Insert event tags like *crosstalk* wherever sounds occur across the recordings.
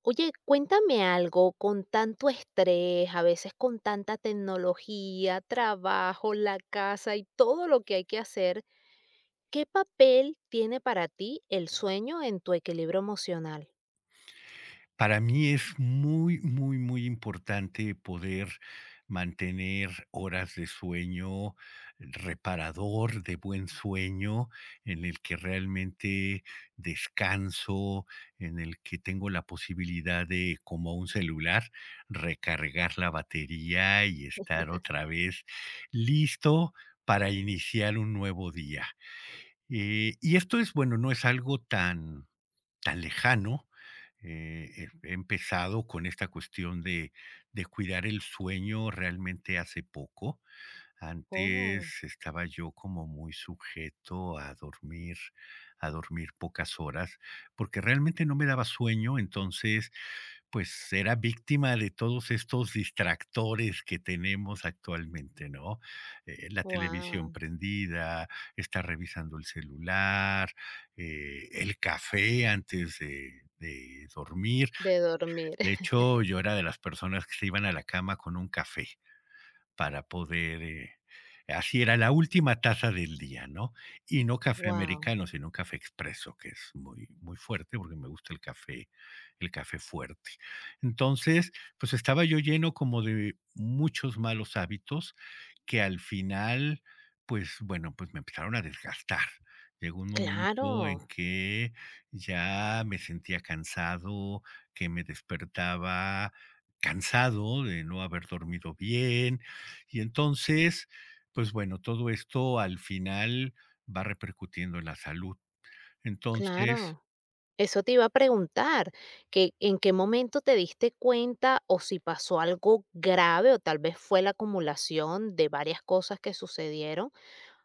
Oye, cuéntame algo, con tanto estrés, a veces con tanta tecnología, trabajo, la casa y todo lo que hay que hacer, ¿qué papel tiene para ti el sueño en tu equilibrio emocional? Para mí es muy, muy, muy importante poder mantener horas de sueño reparador, de buen sueño, en el que realmente descanso, en el que tengo la posibilidad de, como un celular, recargar la batería y estar otra vez listo para iniciar un nuevo día. Y esto es, bueno, no es algo tan lejano, he empezado con esta cuestión de cuidar el sueño realmente hace poco. Antes Oh, estaba yo como muy sujeto a dormir pocas horas, porque realmente no me daba sueño. Entonces, pues, era víctima de todos estos distractores que tenemos actualmente, ¿no? La televisión wow, prendida, estar revisando el celular, el café antes de dormir. de dormir. De *laughs* hecho, yo era de las personas que se iban a la cama con un café para poder, así era la última taza del día, ¿no? Y no café Wow, americano, sino un café expreso, que es muy, muy fuerte, porque me gusta el café fuerte. Entonces, pues estaba yo lleno como de muchos malos hábitos que al final, pues bueno, pues me empezaron a desgastar. Llegó un momento en claro, que ya me sentía cansado, que me despertaba cansado de no haber dormido bien, y entonces, pues bueno, todo esto al final va repercutiendo en la salud. Entonces, claro. Eso te iba a preguntar, que en qué momento te diste cuenta o si pasó algo grave o tal vez fue la acumulación de varias cosas que sucedieron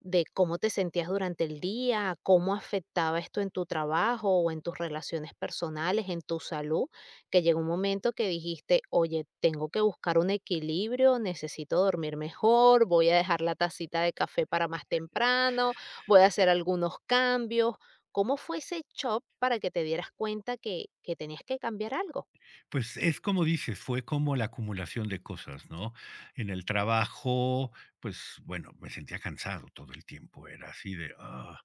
de cómo te sentías durante el día, cómo afectaba esto en tu trabajo o en tus relaciones personales, en tu salud, que llegó un momento que dijiste, oye, tengo que buscar un equilibrio, necesito dormir mejor, voy a dejar la tacita de café para más temprano, voy a hacer algunos cambios. ¿Cómo fue ese shock para que te dieras cuenta que tenías que cambiar algo? pues es como dices, fue como la acumulación de cosas, ¿no? En el trabajo, pues bueno, me sentía cansado todo el tiempo, era así de, ah,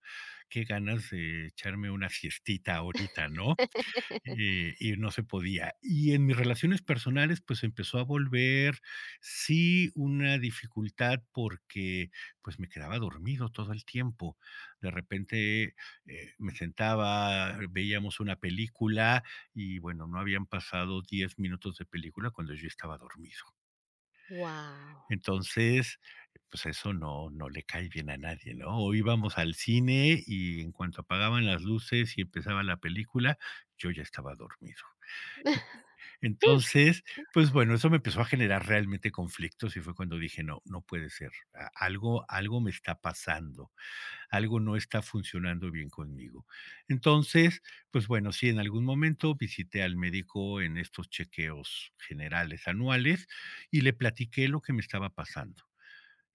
qué ganas de echarme una siestita ahorita, ¿no? *laughs* Y no se podía. Y en mis relaciones personales, pues empezó a volver, sí, una dificultad porque pues me quedaba dormido todo el tiempo. De repente, me sentaba, veíamos una película y bueno, no habían pasado 10 minutos de película cuando yo estaba dormido. Wow. Entonces, pues eso no, no le cae bien a nadie, ¿no? O íbamos al cine y en cuanto apagaban las luces y empezaba la película, yo ya estaba dormido. Entonces, pues bueno, eso me empezó a generar realmente conflictos y fue cuando dije: "No, no puede ser, a algo me está pasando, algo no está funcionando bien conmigo". Entonces, pues bueno, sí, en algún momento visité al médico en estos chequeos generales anuales y le platiqué lo que me estaba pasando.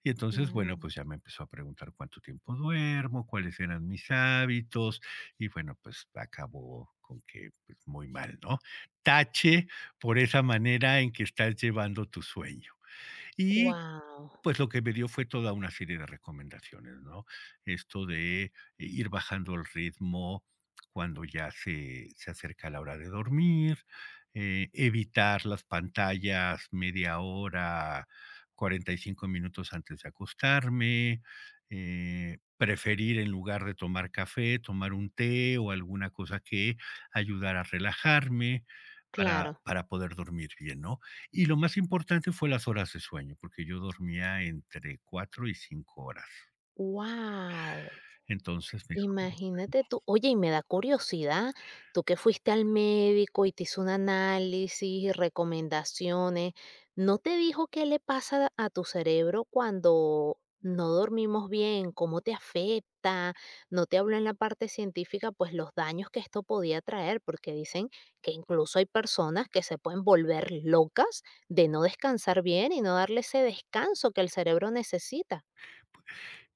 Y entonces, bueno, pues ya me empezó a preguntar cuánto tiempo duermo, cuáles eran mis hábitos, y bueno, pues acabó con que pues, muy mal, ¿no? Tache por esa manera en que estás llevando tu sueño. Y Wow. pues lo que me dio fue toda una serie de recomendaciones, ¿no? Esto de ir bajando el ritmo cuando ya se acerca la hora de dormir, evitar las pantallas media hora, 45 minutos antes de acostarme, preferir en lugar de tomar café, tomar un té o alguna cosa que ayudara a relajarme para, Claro. para poder dormir bien, ¿no? Y lo más importante fue las horas de sueño, porque yo dormía entre 4 y 5 horas. Wow. Entonces me dijo: "No, Imagínate tú. Oye, y me da curiosidad, tú que fuiste al médico y te hizo un análisis y recomendaciones, ¿no te dijo qué le pasa a tu cerebro cuando no dormimos bien? ¿Cómo te afecta? ¿No te habló en la parte científica, pues los daños que esto podía traer? Porque dicen que incluso hay personas que se pueden volver locas de no descansar bien y no darle ese descanso que el cerebro necesita.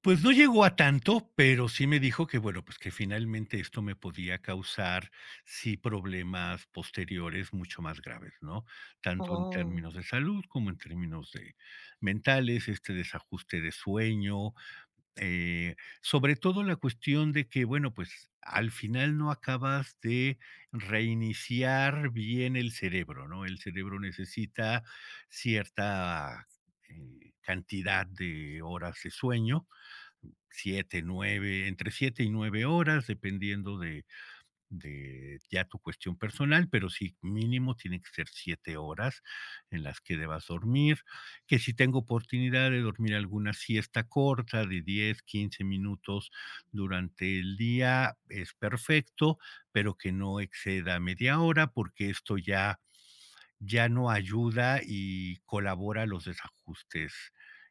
pues no llegó a tanto, pero sí me dijo que, bueno, pues que finalmente esto me podía causar, sí, problemas posteriores mucho más graves, ¿no? Tanto en Oh, términos de salud como en términos de mentales, este desajuste de sueño. Eh, Sobre todo la cuestión de que, bueno, pues al final no acabas de reiniciar bien el cerebro, ¿no? El cerebro necesita cierta cantidad de horas de sueño, 7, 9, entre 7 y 9 horas, dependiendo de ya tu cuestión personal, pero sí, mínimo tienen que ser 7 horas en las que debas dormir, que si tengo oportunidad de dormir alguna siesta corta de 10, 15 minutos durante el día, es perfecto, pero que no exceda media hora porque esto ya, ya no ayuda y colabora a los desajustes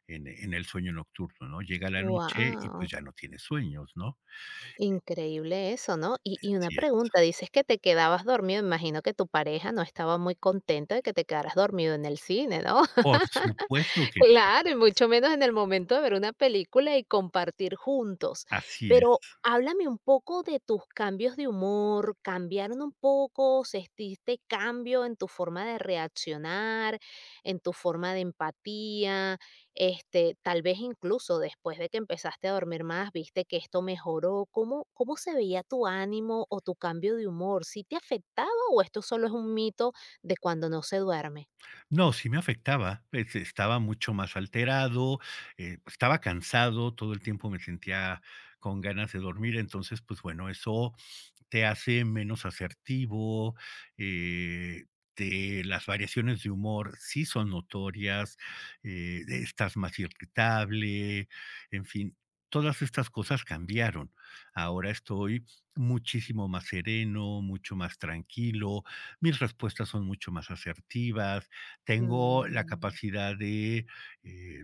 en el sueño nocturno, ¿no? Llega la noche y wow. pues ya no tienes sueños, ¿no? Increíble eso, ¿no? Y una Así es. pregunta, dices que te quedabas dormido, imagino que tu pareja no estaba muy contenta de que te quedaras dormido en el cine, ¿no? Por supuesto que Claro, y mucho menos en el momento de ver una película y compartir juntos. así Pero es. háblame un poco de tus cambios de humor, ¿cambiaron un poco? ¿Sentiste cambio en tu forma de reaccionar, en tu forma de empatía? Este, tal vez incluso después de que empezaste a dormir más, viste que esto mejoró. ¿Cómo se veía tu ánimo o tu cambio de humor? ¿Sí te afectaba o esto solo es un mito de cuando no se duerme? No, sí me afectaba, pues, estaba mucho más alterado, estaba cansado, todo el tiempo me sentía con ganas de dormir, entonces, pues bueno, eso te hace menos asertivo. eh, te Las variaciones de humor sí son notorias, estás más irritable, en fin, todas estas cosas cambiaron. Ahora estoy muchísimo más sereno, mucho más tranquilo, mis respuestas son mucho más asertivas, tengo la Mm. capacidad de, eh,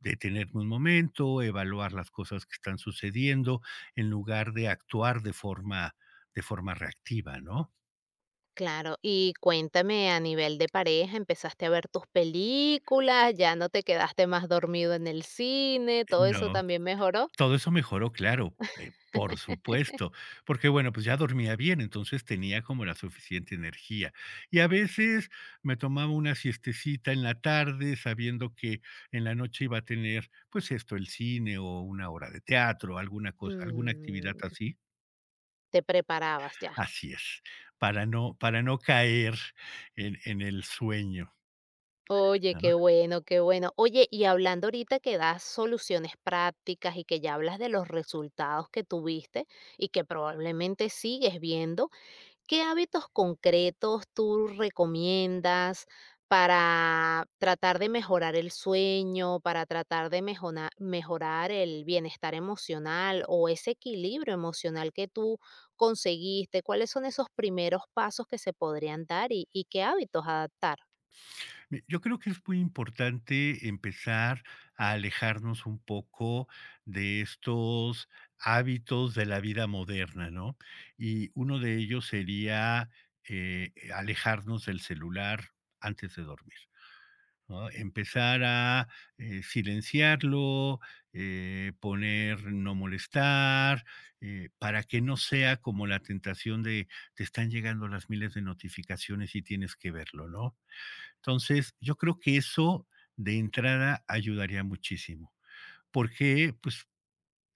detenerme un momento, evaluar las cosas que están sucediendo, en lugar de actuar de forma reactiva, ¿no? Claro, y cuéntame, a nivel de pareja, ¿empezaste a ver tus películas? ¿Ya no te quedaste más dormido en el cine? ¿Todo No, eso también mejoró? todo eso mejoró, claro, por supuesto, porque, bueno, pues ya dormía bien, entonces tenía como la suficiente energía. Y a veces me tomaba una siestecita en la tarde, sabiendo que en la noche iba a tener, pues esto, el cine o una hora de teatro, alguna cosa, alguna actividad Mm, así. te preparabas ya. Así es, para no caer en el sueño, Oye, ¿no? qué bueno, qué bueno. Oye, y hablando ahorita que das soluciones prácticas y que ya hablas de los resultados que tuviste y que probablemente sigues viendo, ¿qué hábitos concretos tú recomiendas para tratar de mejorar el sueño, para tratar de mejorar el bienestar emocional o ese equilibrio emocional que tú conseguiste? ¿Cuáles son esos primeros pasos que se podrían dar y qué hábitos adaptar? Mi yo creo que es muy importante empezar a alejarnos un poco de estos hábitos de la vida moderna, ¿no? Y uno de ellos sería, alejarnos del celular antes de dormir. ¿No? Empezar a silenciarlo, poner no molestar, para que no sea como la tentación de te están llegando las miles de notificaciones y tienes que verlo, ¿no? Entonces, yo creo que eso de entrada ayudaría muchísimo, porque pues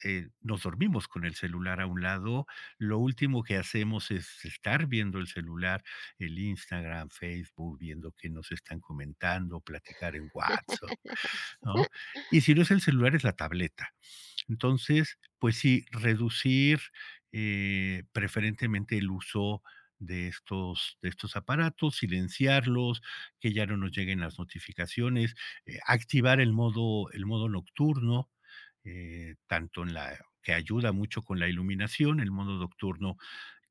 nos dormimos con el celular a un lado, lo último que hacemos es estar viendo el celular, el Instagram, Facebook, viendo qué nos están comentando, platicar en WhatsApp, ¿no? Y si no es el celular, es la tableta. Entonces, pues sí, reducir preferentemente el uso de estos aparatos, silenciarlos, que ya no nos lleguen las notificaciones, activar el modo nocturno, tanto en la que ayuda mucho con la iluminación. El modo nocturno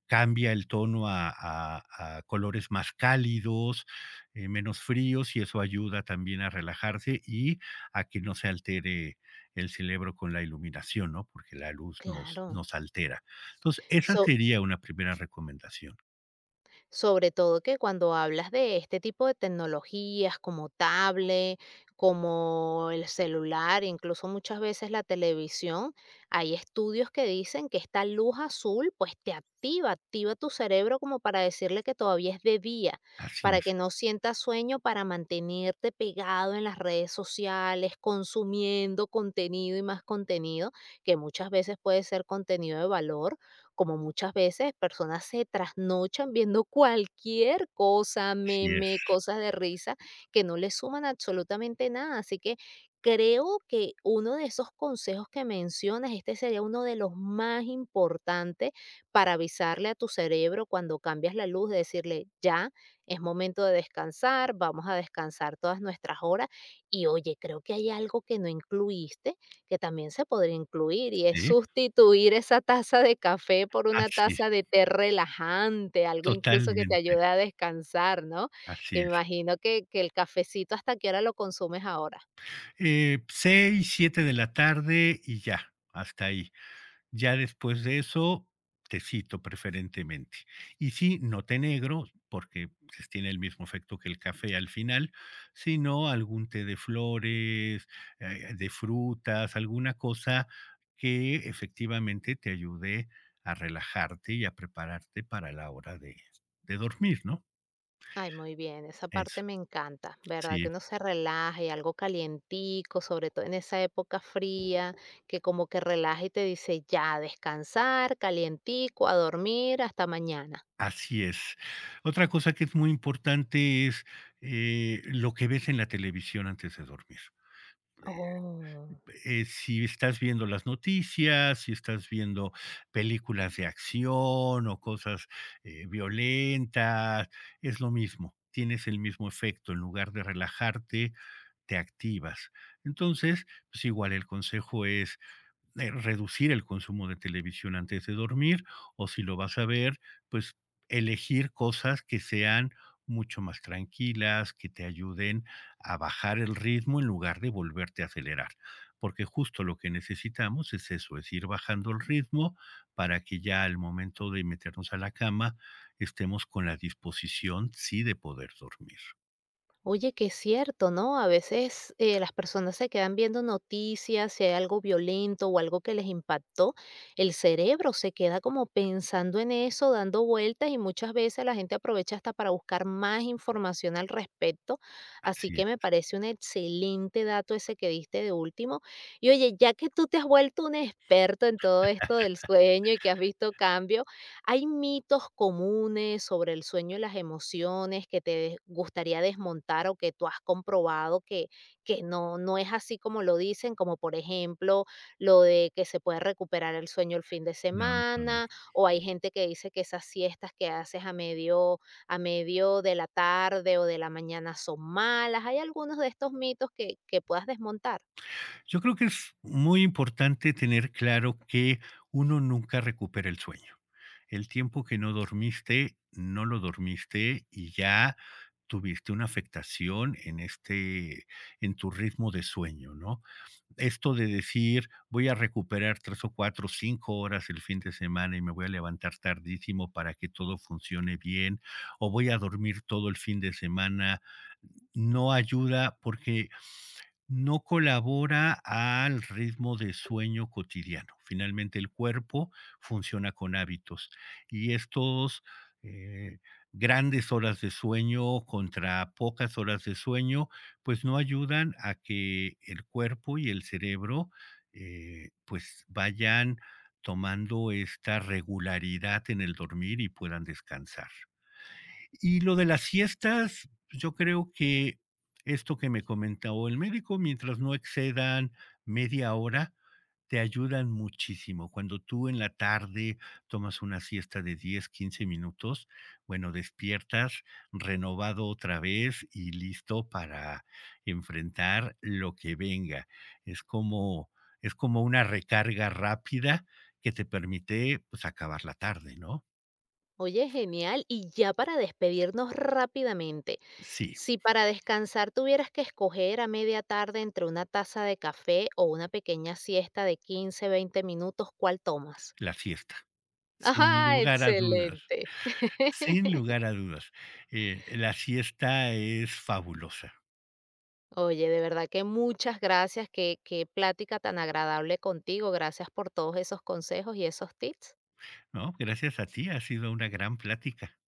cambia el tono a colores más cálidos, menos fríos, y eso ayuda también a relajarse y a que no se altere el cerebro con la iluminación, ¿no? Porque la luz Claro. nos altera. Entonces, esa So- sería una primera recomendación. Sobre todo que cuando hablas de este tipo de tecnologías como tablet, como el celular, incluso muchas veces la televisión, hay estudios que dicen que esta luz azul pues te activa, activa tu cerebro como para decirle que todavía es de día, Así para es, que no sientas sueño, para mantenerte pegado en las redes sociales, consumiendo contenido y más contenido, que muchas veces puede ser contenido de valor como muchas veces personas se trasnochan viendo cualquier cosa, así meme, es, cosas de risa, que no le suman absolutamente nada. Así que creo que uno de esos consejos que mencionas, este sería uno de los más importantes para avisarle a tu cerebro cuando cambias la luz, de decirle, ya, es momento de descansar, vamos a descansar todas nuestras horas. Y oye, creo que hay algo que no incluiste que también se podría incluir, y es sí, sustituir esa taza de café por una así es, taza de té relajante, algo incluso que te totalmente, ayude a descansar, ¿no? Que así me es. imagino que el cafecito, ¿hasta qué hora lo consumes ahora? 6, 7 de la tarde y ya, hasta ahí. Ya después de eso, tecito preferentemente. Y sí, no té negro, porque, pues, tiene el mismo efecto que el café al final, sino algún té de flores, de frutas, alguna cosa que efectivamente te ayude a relajarte y a prepararte para la hora de dormir, ¿no? Ay, muy bien, esa parte Eso, me encanta, ¿verdad? Que sí, uno se relaje, algo calientico, sobre todo en esa época fría, que como que relaja y te dice: "Ya, a descansar, calientico, a dormir, hasta mañana". así es. Otra cosa que es muy importante es, lo que ves en la televisión antes de dormir. Oh. Si estás viendo las noticias, si estás viendo películas de acción o cosas violentas, es lo mismo, tienes el mismo efecto, en lugar de relajarte, te activas. Entonces, pues igual el consejo es, reducir el consumo de televisión antes de dormir o si lo vas a ver, pues elegir cosas que sean mucho más tranquilas, que te ayuden a bajar el ritmo en lugar de volverte a acelerar. Porque justo lo que necesitamos es eso, es ir bajando el ritmo para que ya al momento de meternos a la cama estemos con la disposición, sí, de poder dormir. Oye, que es cierto, ¿no? A veces las personas se quedan viendo noticias, si hay algo violento o algo que les impactó, el cerebro se queda como pensando en eso, dando vueltas y muchas veces la gente aprovecha hasta para buscar más información al respecto. Así Así que es. me parece un excelente dato ese que diste de último. Y oye, ya que tú te has vuelto un experto en todo esto del sueño y que has visto cambios, ¿hay mitos comunes sobre el sueño y las emociones que gustaría desmontar o que tú has comprobado que no, no es así como lo dicen? Como por ejemplo lo de que se puede recuperar el sueño el fin de No, no, no. semana o hay gente que dice que esas siestas que haces a medio de la tarde o de la mañana son malas. ¿Hay algunos de estos mitos que puedas desmontar? Yo creo que es muy importante tener claro que uno nunca recupera el sueño. El tiempo que no dormiste, no lo dormiste y ya tuviste una afectación en en tu ritmo de sueño, ¿no? Esto de decir, voy a recuperar 3 o 4, 5 horas el fin de semana y me voy a levantar tardísimo para que todo funcione bien, o voy a dormir todo el fin de semana, no ayuda porque no colabora al ritmo de sueño cotidiano. Finalmente, el cuerpo funciona con hábitos y estos eh, grandes horas de sueño contra pocas horas de sueño, pues no ayudan a que el cuerpo y el cerebro pues vayan tomando esta regularidad en el dormir y puedan descansar. Y lo de las siestas, pues, yo creo que esto que me comentó el médico, mientras no excedan media hora, te ayudan muchísimo. Cuando tú en la tarde tomas una siesta de 10, 15 minutos, bueno, despiertas renovado otra vez y listo para enfrentar lo que venga. Es como, es como una recarga rápida que te permite pues acabar la tarde, ¿no? Oye, genial. Y ya para despedirnos rápidamente, Sí, si para descansar tuvieras que escoger a media tarde entre una taza de café o una pequeña siesta de 15-20 minutos, ¿cuál tomas? la siesta. Sin Ajá, lugar a dudas, excelente. sin *laughs* lugar a dudas. La siesta es fabulosa, Oye, de verdad que muchas gracias. Qué, qué plática tan agradable contigo. Gracias por todos esos consejos y esos tips. ¿no? Gracias a ti, ha sido una gran plática.